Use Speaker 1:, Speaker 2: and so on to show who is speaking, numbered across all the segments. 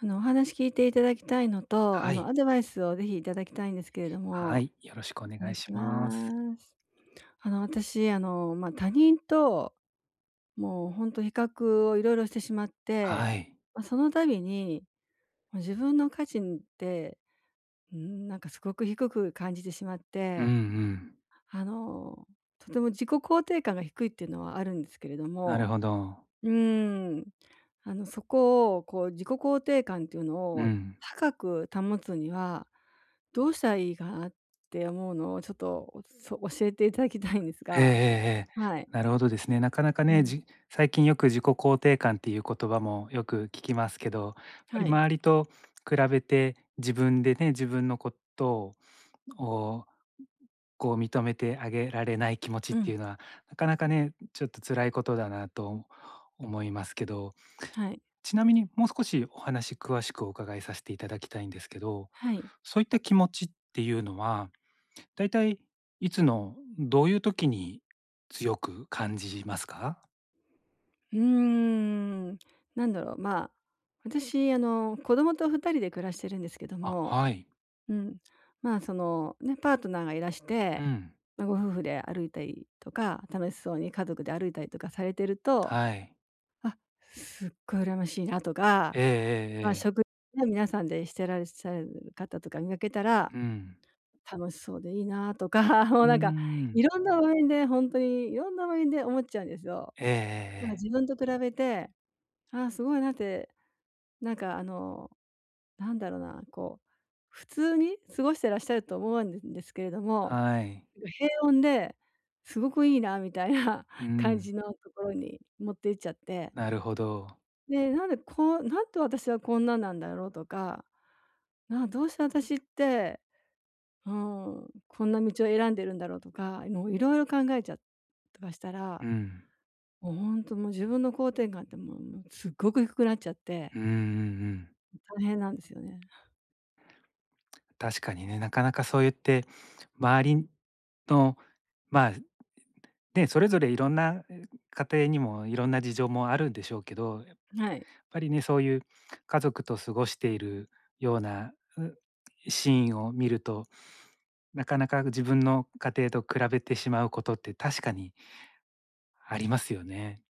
Speaker 1: お話聞いていただきたいのと、
Speaker 2: はい。
Speaker 1: アドバイスをぜひいただきたいんですけれど
Speaker 2: は
Speaker 1: も、
Speaker 2: い。よろしくお
Speaker 1: お
Speaker 2: 願
Speaker 1: 願
Speaker 2: い
Speaker 1: い
Speaker 2: し
Speaker 1: し
Speaker 2: ます。
Speaker 1: ます。私、まあ、他人と、もう本当比較をいろいろしてしまって、
Speaker 2: はい。
Speaker 1: まあ、その度に、もう自分の価値って、なんかすごく低く感じてしまっ
Speaker 2: うんう
Speaker 1: て、
Speaker 2: ん。
Speaker 1: あの、とても自己肯定感が低いっていうのはあるんですけれど
Speaker 2: なる
Speaker 1: も。
Speaker 2: ほど。
Speaker 1: うーん。そこを、こう、自己肯定感っていうの
Speaker 2: う
Speaker 1: を
Speaker 2: ん。
Speaker 1: 高く保つには、どうしたらいいかなって思うのを、ちょっと、教えていただきたいんです
Speaker 2: ええええ
Speaker 1: が。
Speaker 2: ええ。
Speaker 1: はい。
Speaker 2: なるほどですね。なかなか
Speaker 1: う
Speaker 2: ね、
Speaker 1: ん。
Speaker 2: 最近よく自己肯定感っていう言葉もよく聞きますけど、やっぱり
Speaker 1: はい。
Speaker 2: 周りと比べて自分でね、自分のことをこう認めてあげられない気持ちっ
Speaker 1: う
Speaker 2: て
Speaker 1: ん。
Speaker 2: いうのは、なかなかね、ちょっと辛いことだなと思いますけど、
Speaker 1: はい。
Speaker 2: ちなみにもう少しお話詳しくお伺いさせていただきたいんですけど、
Speaker 1: はい。
Speaker 2: そういった気持ちっていうのは、だいたいいつのどういう時に強く感じますか？
Speaker 1: うーん。なんだろう、まあ、私、子供と2人で暮らしてるんですけど
Speaker 2: あ、
Speaker 1: も、
Speaker 2: はい。
Speaker 1: うん。まあ、その、ね、パートナーがいらし
Speaker 2: う
Speaker 1: て、
Speaker 2: ん。
Speaker 1: ま、ご夫婦で歩いたりとか、楽しそうに家族で歩いたりとかされてると、
Speaker 2: はい。
Speaker 1: あ、すっごい羨ましいなとか、
Speaker 2: ええええ
Speaker 1: まあ、
Speaker 2: ええ。
Speaker 1: 食事ね、皆さんでしてらっしゃる方とか見かけたら、
Speaker 2: うん。
Speaker 1: 楽しそうでいいなとか、も
Speaker 2: う
Speaker 1: う
Speaker 2: ー
Speaker 1: なんか、
Speaker 2: ん。
Speaker 1: いろんな場面でほんとにいろんな場面で思っちゃうんですよ。
Speaker 2: ええええ
Speaker 1: なんか
Speaker 2: ええ。
Speaker 1: 自分と比べて、ああ、すごいなって、なんかなんだろうな、こう、普通に過ごしてらっしゃると思うんでですけれども、
Speaker 2: はい。
Speaker 1: 平穏で、すごくいいなみたいな
Speaker 2: う
Speaker 1: 感
Speaker 2: ん。
Speaker 1: じのところに持っていっちゃって。
Speaker 2: なるほど。
Speaker 1: で、なんで私はこんななんだろうとか、どうして私って、うん、こんな道を選んでるんだろうとか、もういろいろ考えちゃとかしたら、
Speaker 2: うん。
Speaker 1: もう本当もう自分の肯定感ってもうすっごく低くなっちゃって、
Speaker 2: うんうんうん。
Speaker 1: 大変なんですよね。
Speaker 2: 確かにね、なかなかそう言って周りの、まあ、でそれぞれいろんな家庭にもいろんな事情もあるんでしょうけど、やっ
Speaker 1: はい。
Speaker 2: ぱりね、そういう家族と過ごしているような、シーンを見ると、なかなか自分の家庭と比べてしまうことって確かにありますよね。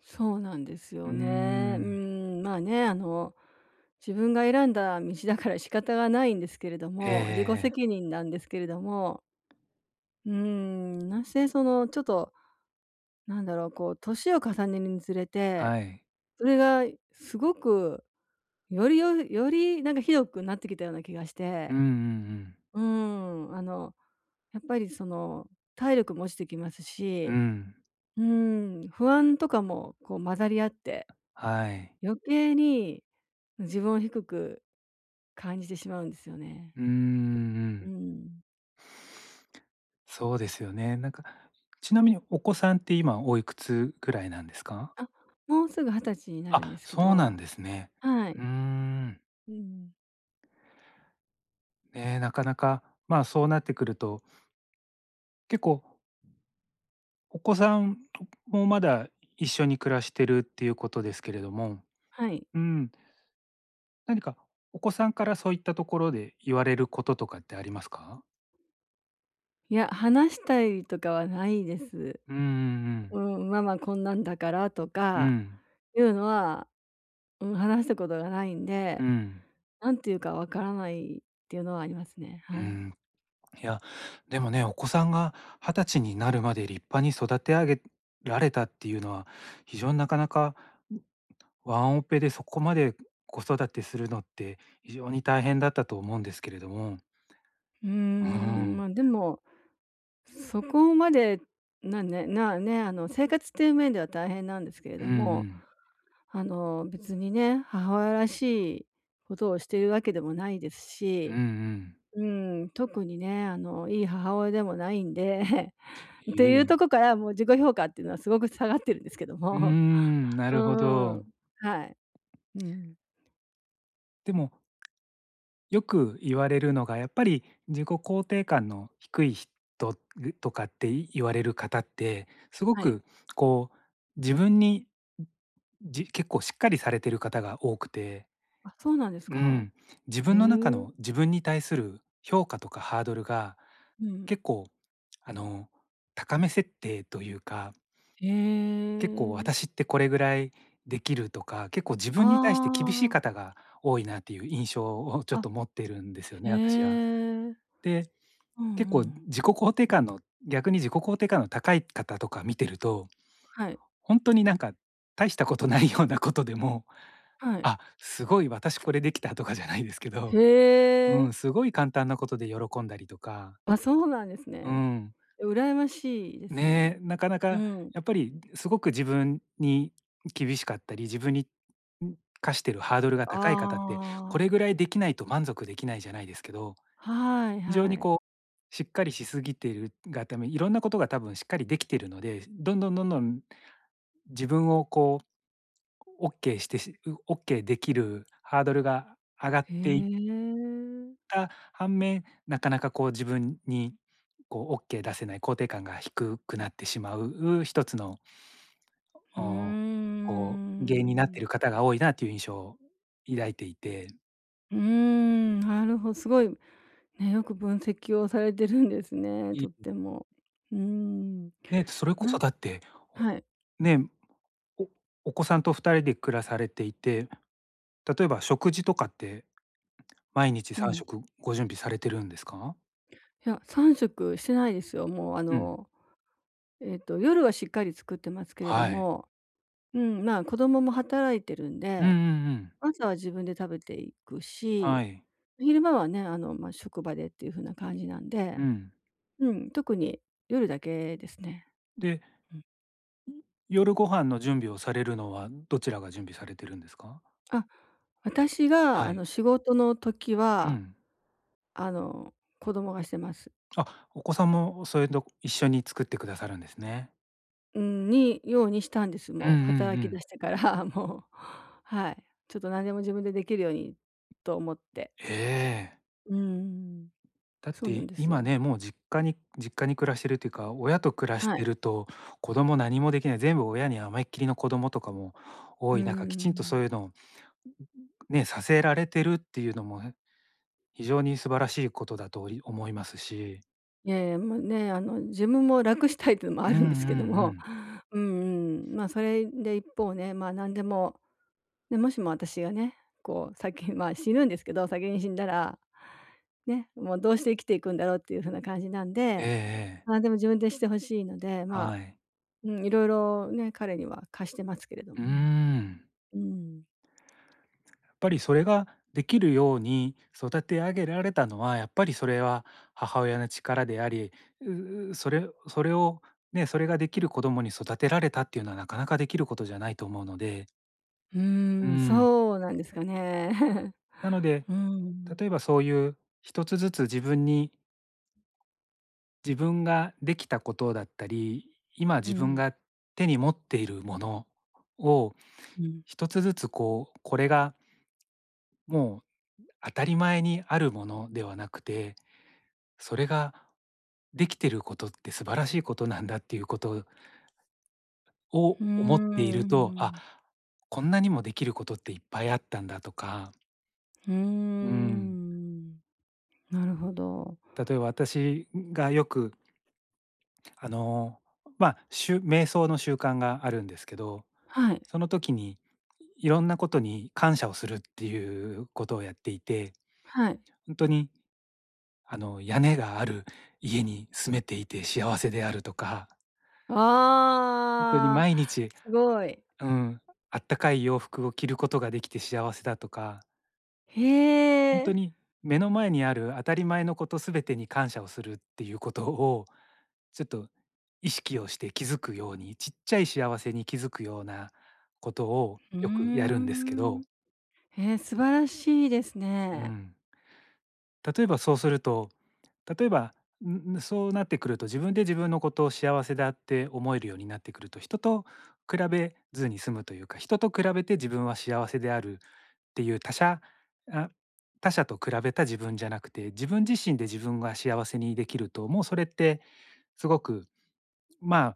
Speaker 1: そうなんです
Speaker 2: うー
Speaker 1: よね。う
Speaker 2: ん。
Speaker 1: ん、まあね、自分が選んだ道だから仕方がないんですけれど
Speaker 2: ええ
Speaker 1: も、自己
Speaker 2: ええ。
Speaker 1: 責任なんですけれども、うん、なんせそのちょっとなんだろう、こう年を重ねるにつれて、
Speaker 2: はい。
Speaker 1: それがすごくよりなんかひどくなってきたような気がして。
Speaker 2: うんうんうん。
Speaker 1: うーん、あの、やっぱりその体力も落ちてきます
Speaker 2: う
Speaker 1: し、
Speaker 2: ん。
Speaker 1: 不安とかもこう混ざり合って、
Speaker 2: はい。
Speaker 1: 余計に自分を低く感じてしまうんですよね。
Speaker 2: うんうんう
Speaker 1: う
Speaker 2: ん。
Speaker 1: ん。
Speaker 2: そうですよね。なんか、ちなみにお子さんって今おいくつぐらいなんですか？
Speaker 1: あ、もうすぐ二十歳になるんで
Speaker 2: あ、
Speaker 1: すけ
Speaker 2: そうなん
Speaker 1: ど。
Speaker 2: ですね。
Speaker 1: は
Speaker 2: うー
Speaker 1: い。
Speaker 2: ん。
Speaker 1: うん。
Speaker 2: ね、なかなか、まあ、そうなってくると、結構お子さんもまだ一緒に暮らしてるっていうことですけれども、
Speaker 1: はい。
Speaker 2: うん、何かお子さんからそういったところで言われることとかってありますか？
Speaker 1: いや、話したりとかはないです。
Speaker 2: うんうん
Speaker 1: うん、ママこんなんだからと
Speaker 2: うん。う
Speaker 1: か
Speaker 2: ん。
Speaker 1: いうのは、うん、話したことがないん
Speaker 2: う
Speaker 1: で、
Speaker 2: ん。
Speaker 1: なんていうかわからないっていうのはありますね。
Speaker 2: う
Speaker 1: はい。
Speaker 2: ん。いや、でもね、お子さんが20歳になるまで立派に育て上げられたっていうのは、非常になかなかワンオペでそこまで子育てするのって非常に大変だったと思うんですけれども。うーん。
Speaker 1: ま、でも、そこまで、なねなね、あの、生活っていう面では大変なんですけれ
Speaker 2: うん
Speaker 1: ど
Speaker 2: う
Speaker 1: も、
Speaker 2: ん。
Speaker 1: 別にね、母親らしいことをしているわけでもないです
Speaker 2: うんう
Speaker 1: し、
Speaker 2: ん。
Speaker 1: うん、特にね、いい母親でもないんで、っ
Speaker 2: い
Speaker 1: て
Speaker 2: えい
Speaker 1: いう
Speaker 2: え。
Speaker 1: とこからもう自己評価っていうのはすごく下がってるんですけど
Speaker 2: うー
Speaker 1: も。
Speaker 2: ん、な
Speaker 1: う
Speaker 2: るほ
Speaker 1: んうん
Speaker 2: ど。
Speaker 1: うん。はい。うん。
Speaker 2: でも、よく言われるのが、やっぱり自己肯定感の低い人とかって言われる方って、すご
Speaker 1: はい。
Speaker 2: くこう自分に、結構しっかりされてる方が多くて
Speaker 1: あ、そうなんです
Speaker 2: う
Speaker 1: か？
Speaker 2: ん、自
Speaker 1: へ
Speaker 2: 分の中
Speaker 1: え。
Speaker 2: の自分に対する評価とかハードルが
Speaker 1: うん。
Speaker 2: 結構あの高め設定というか
Speaker 1: へ
Speaker 2: 結構
Speaker 1: え。
Speaker 2: 私ってこれぐらいできるとか結構自分に対して厳しい
Speaker 1: あ
Speaker 2: 方が多いなっていう印象をちょ
Speaker 1: あ、
Speaker 2: っ
Speaker 1: あ、
Speaker 2: と持ってるんですよ
Speaker 1: へ
Speaker 2: ね私は。
Speaker 1: え。
Speaker 2: で
Speaker 1: うんう
Speaker 2: 結構
Speaker 1: ん。
Speaker 2: 自己肯定感の逆に自己肯定感の高い方とか見てると
Speaker 1: はい、
Speaker 2: 本当になんか大したことないようなことでも
Speaker 1: はい。
Speaker 2: あすごい私これできたとかじゃないですけど
Speaker 1: へ
Speaker 2: う
Speaker 1: え。
Speaker 2: ん、すごい簡単なことで喜んだりとか、
Speaker 1: あ、そうなんです
Speaker 2: う
Speaker 1: ね。
Speaker 2: ん、
Speaker 1: 羨ましいです
Speaker 2: ねえ、
Speaker 1: ね。
Speaker 2: なかな
Speaker 1: う
Speaker 2: か
Speaker 1: ん。
Speaker 2: やっぱりすごく自分に厳しかったり、自分にん課してるハードルが
Speaker 1: あ
Speaker 2: 高い方って、これ
Speaker 1: あ、
Speaker 2: ぐらいできないと満足できないじゃないですけど、
Speaker 1: はい
Speaker 2: 非常
Speaker 1: は
Speaker 2: に
Speaker 1: い。
Speaker 2: こうしっかりしすぎてるがため、いろんなことが多分しっかりできてるので、どんどんどんどん自分をこうオッケーしてしオッケーできるハードルが上がっ
Speaker 1: へ
Speaker 2: ていっっ
Speaker 1: え。
Speaker 2: た反面、なかなかこう自分にこうオッケー出せない肯定感が低くなってしまう一つの、
Speaker 1: うー
Speaker 2: お、こう原因になってい
Speaker 1: ん。
Speaker 2: る方が多いなという印象を抱いていて、
Speaker 1: うーん、なるほど、すごいね、よく分析をされてるんですね、
Speaker 2: い
Speaker 1: とっても。うーん。
Speaker 2: ね、それこそ
Speaker 1: な
Speaker 2: だって、お
Speaker 1: はい。
Speaker 2: ね、おお子さんと二人で暮らされていて、例えば食事とかって毎日
Speaker 1: う
Speaker 2: 三
Speaker 1: ん。
Speaker 2: 食ご準備されてるんですか？
Speaker 1: いや、3食しょくしてないですよ。もう
Speaker 2: うん、
Speaker 1: 夜はしっかり作ってますけれど
Speaker 2: はい。
Speaker 1: も、うん、まあ、子供も働いてるん
Speaker 2: うんう
Speaker 1: で、
Speaker 2: んうん。
Speaker 1: 朝は自分で食べていく
Speaker 2: は
Speaker 1: し、
Speaker 2: い。
Speaker 1: 昼間はね、ま、職場でっていう風な感じなん
Speaker 2: う
Speaker 1: で、
Speaker 2: ん。
Speaker 1: うん、特に夜だけですね。
Speaker 2: で
Speaker 1: うん。
Speaker 2: 夜ご飯の準備をされるのは、どちらが準備されてるんですか？
Speaker 1: あ、私が
Speaker 2: はい。
Speaker 1: 仕事の時
Speaker 2: う
Speaker 1: は、
Speaker 2: ん。
Speaker 1: あの、子供がしてます。
Speaker 2: あ、お子さんもそういうの一緒に作ってくださるんですね。
Speaker 1: うん、にようにしたんです。
Speaker 2: うんう
Speaker 1: もう
Speaker 2: ん
Speaker 1: 働
Speaker 2: う
Speaker 1: き出
Speaker 2: ん。
Speaker 1: してから もう、はい。ちょっと何でも自分でできるようにと思って。
Speaker 2: ええ。
Speaker 1: うーん、
Speaker 2: だっ
Speaker 1: そうなん
Speaker 2: て
Speaker 1: です
Speaker 2: 今
Speaker 1: よ。
Speaker 2: ね、もう実家に暮らしてるっていうか、親と暮らし
Speaker 1: は
Speaker 2: て
Speaker 1: い。
Speaker 2: ると、子供何もできない、全部親に甘えっきりの子供とかも
Speaker 1: う
Speaker 2: 多い中、きちんとそう
Speaker 1: ん。
Speaker 2: いうのをね、させられてるっていうのも、非常に素晴らしいことだと思いますし。
Speaker 1: いやいや、もうね、自分も楽したいっていうのも
Speaker 2: う
Speaker 1: あ
Speaker 2: んうん
Speaker 1: るんですけど
Speaker 2: う
Speaker 1: も、
Speaker 2: ん。
Speaker 1: うんうん、まあ、それで一方ね、ま、何でも、ね、もしも私がね、こう先まあ、死ぬんですけど、先に死んだら、ね、もうどうして生きていくんだろうっていうふうな感じなん
Speaker 2: ええ
Speaker 1: で、
Speaker 2: ええ。
Speaker 1: 何でも自分でしてほしいので、まあ
Speaker 2: はい。
Speaker 1: うん、いろいろね、彼には貸してますけれど
Speaker 2: うー
Speaker 1: もね。
Speaker 2: ん。
Speaker 1: うん。
Speaker 2: やっぱりそれができるように育て上げられたのは、やっぱりそれは母親の力であり、ううそれそれをね、それができる子供に育てられたっていうのはなかなかできることじゃないと思うので、
Speaker 1: うー
Speaker 2: う
Speaker 1: ん、
Speaker 2: ん。
Speaker 1: そうなんですかね。
Speaker 2: なので、
Speaker 1: うん。
Speaker 2: 例えばそういう一つずつ自分に自分ができたことだったり、今
Speaker 1: う
Speaker 2: 自分
Speaker 1: ん。
Speaker 2: が手に持っているものを
Speaker 1: うん。
Speaker 2: 一つずつこう、これがもう当たり前にあるものではなくて、それができてることって素晴らしいことなんだっていうこと
Speaker 1: うー
Speaker 2: を思っていると、あ、
Speaker 1: ん。
Speaker 2: こんなにもできることっていっぱいあったんだとか、
Speaker 1: うー
Speaker 2: うん、
Speaker 1: ん。なるほど。
Speaker 2: 例えば私がよく、あの、ま、瞑想の習慣があるんですけど、
Speaker 1: はい、
Speaker 2: その時にいろんなことに感謝をするっていうことをやっていて、
Speaker 1: はい。
Speaker 2: 本当に、あの、屋根がある家に住めていて幸せであるとか、本当に
Speaker 1: あ
Speaker 2: 毎
Speaker 1: あ、
Speaker 2: 日
Speaker 1: すごい。
Speaker 2: うん、あったかい洋服を着ることができて幸せだとか、本
Speaker 1: へえ。
Speaker 2: 当に目の前にある当たり前のこと全てに感謝をするっていうことを、ちょっと意識をして気づくように、ちっちゃい幸せに気づくようなことを
Speaker 1: う
Speaker 2: よくや
Speaker 1: ー
Speaker 2: るんですけど、
Speaker 1: ん。素晴らしいです
Speaker 2: う
Speaker 1: ね。
Speaker 2: ん。例えばそうすると、例えば、そうなってくると自分で自分のことを幸せだって思えるようになってくると、人と比べずに済むというか、人と比べて自分は幸せであるっていうあ他者と比べた自分じゃなくて、自分自身で自分が幸せにできると、もうそれってすごく、ま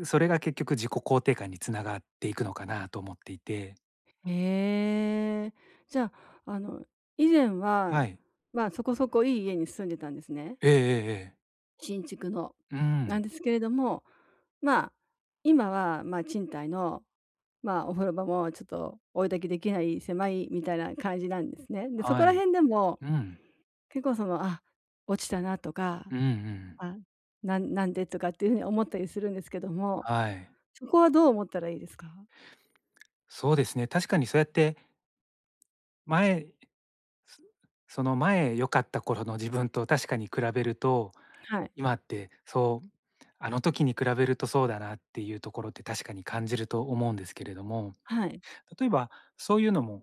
Speaker 2: あ、それが結局自己肯定感につながっていくのかなと思っていて。
Speaker 1: へえ。じゃあ、あの、以前
Speaker 2: は
Speaker 1: は、
Speaker 2: い。
Speaker 1: まあ、そこそこいい家に住んでたんですね。
Speaker 2: ええええええ。
Speaker 1: 新築の。
Speaker 2: う
Speaker 1: なん
Speaker 2: ん。
Speaker 1: ですけれども、まあ、今は、まあ、賃貸の、まあ、お風呂場もちょっと追い焚きできない狭いみたいな感じなんですね。で、そこ
Speaker 2: は
Speaker 1: ら
Speaker 2: い。
Speaker 1: 辺でも
Speaker 2: うん。
Speaker 1: 結構その、あ、落ちたなと
Speaker 2: う
Speaker 1: か、
Speaker 2: んうん。
Speaker 1: あ、なんでとかっていうふうに思ったりするんですけども、
Speaker 2: はい。
Speaker 1: そこはどう思ったらいいですか？
Speaker 2: そうですね、確かにそうやって前そその前良かった頃の自分と確かに比べると
Speaker 1: はい。
Speaker 2: 今ってそう、あの時に比べるとそうだなっていうところって確かに感じると思うんですけれども、
Speaker 1: はい。
Speaker 2: 例えばそういうのも、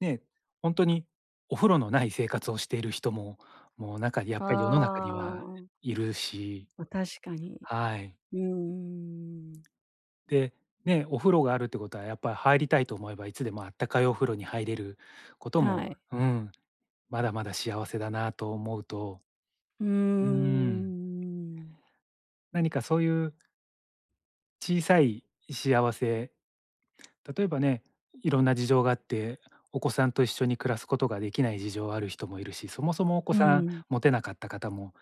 Speaker 2: ね、本当にお風呂のない生活をしている人も、もう中にやっぱり世の中には
Speaker 1: ああ、
Speaker 2: いるし、
Speaker 1: ま、確かに。
Speaker 2: はい。
Speaker 1: うーん、
Speaker 2: で、ね、お風呂があるってことはやっぱり入りたいと思えばいつでもあったかいお風呂に入れること
Speaker 1: は
Speaker 2: も、
Speaker 1: い。
Speaker 2: うん、まだまだ幸せだなと思うと、
Speaker 1: うー
Speaker 2: うん、
Speaker 1: ん、
Speaker 2: 何かそういう小さい幸せ例えばね、いろんな事情があって、お子さんと一緒に暮らすことができない事情ある人もいるし、そもそもお子
Speaker 1: う
Speaker 2: さん
Speaker 1: ん。
Speaker 2: 持てなかった方も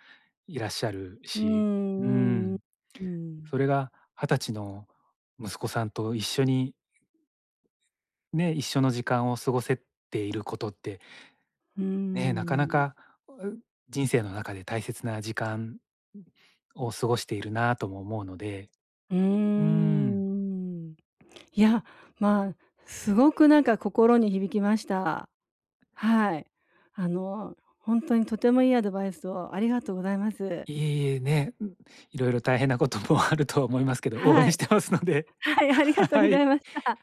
Speaker 2: いらっしゃる
Speaker 1: う
Speaker 2: し、う
Speaker 1: んうんうん。
Speaker 2: ん、
Speaker 1: うん。
Speaker 2: それが20歳の息子さんと一緒にね、一緒の時間を過ごせていることって、
Speaker 1: うー
Speaker 2: ね、なかな
Speaker 1: ん。
Speaker 2: か、う人生の中で大切な時間を過ごしているなとも思うので、
Speaker 1: う
Speaker 2: う
Speaker 1: ー
Speaker 2: ん、
Speaker 1: ん。いや、まあ、すごくなんか心に響きました。はい。ほんとにとてもいいアドバイスをありがとうございます。
Speaker 2: いえいえ、ね、いろいろ大変なこともあるとは思いますけど、応
Speaker 1: は
Speaker 2: 援し
Speaker 1: い。
Speaker 2: てますので。
Speaker 1: はい、ありがとう
Speaker 2: は
Speaker 1: ござ
Speaker 2: い。
Speaker 1: いました。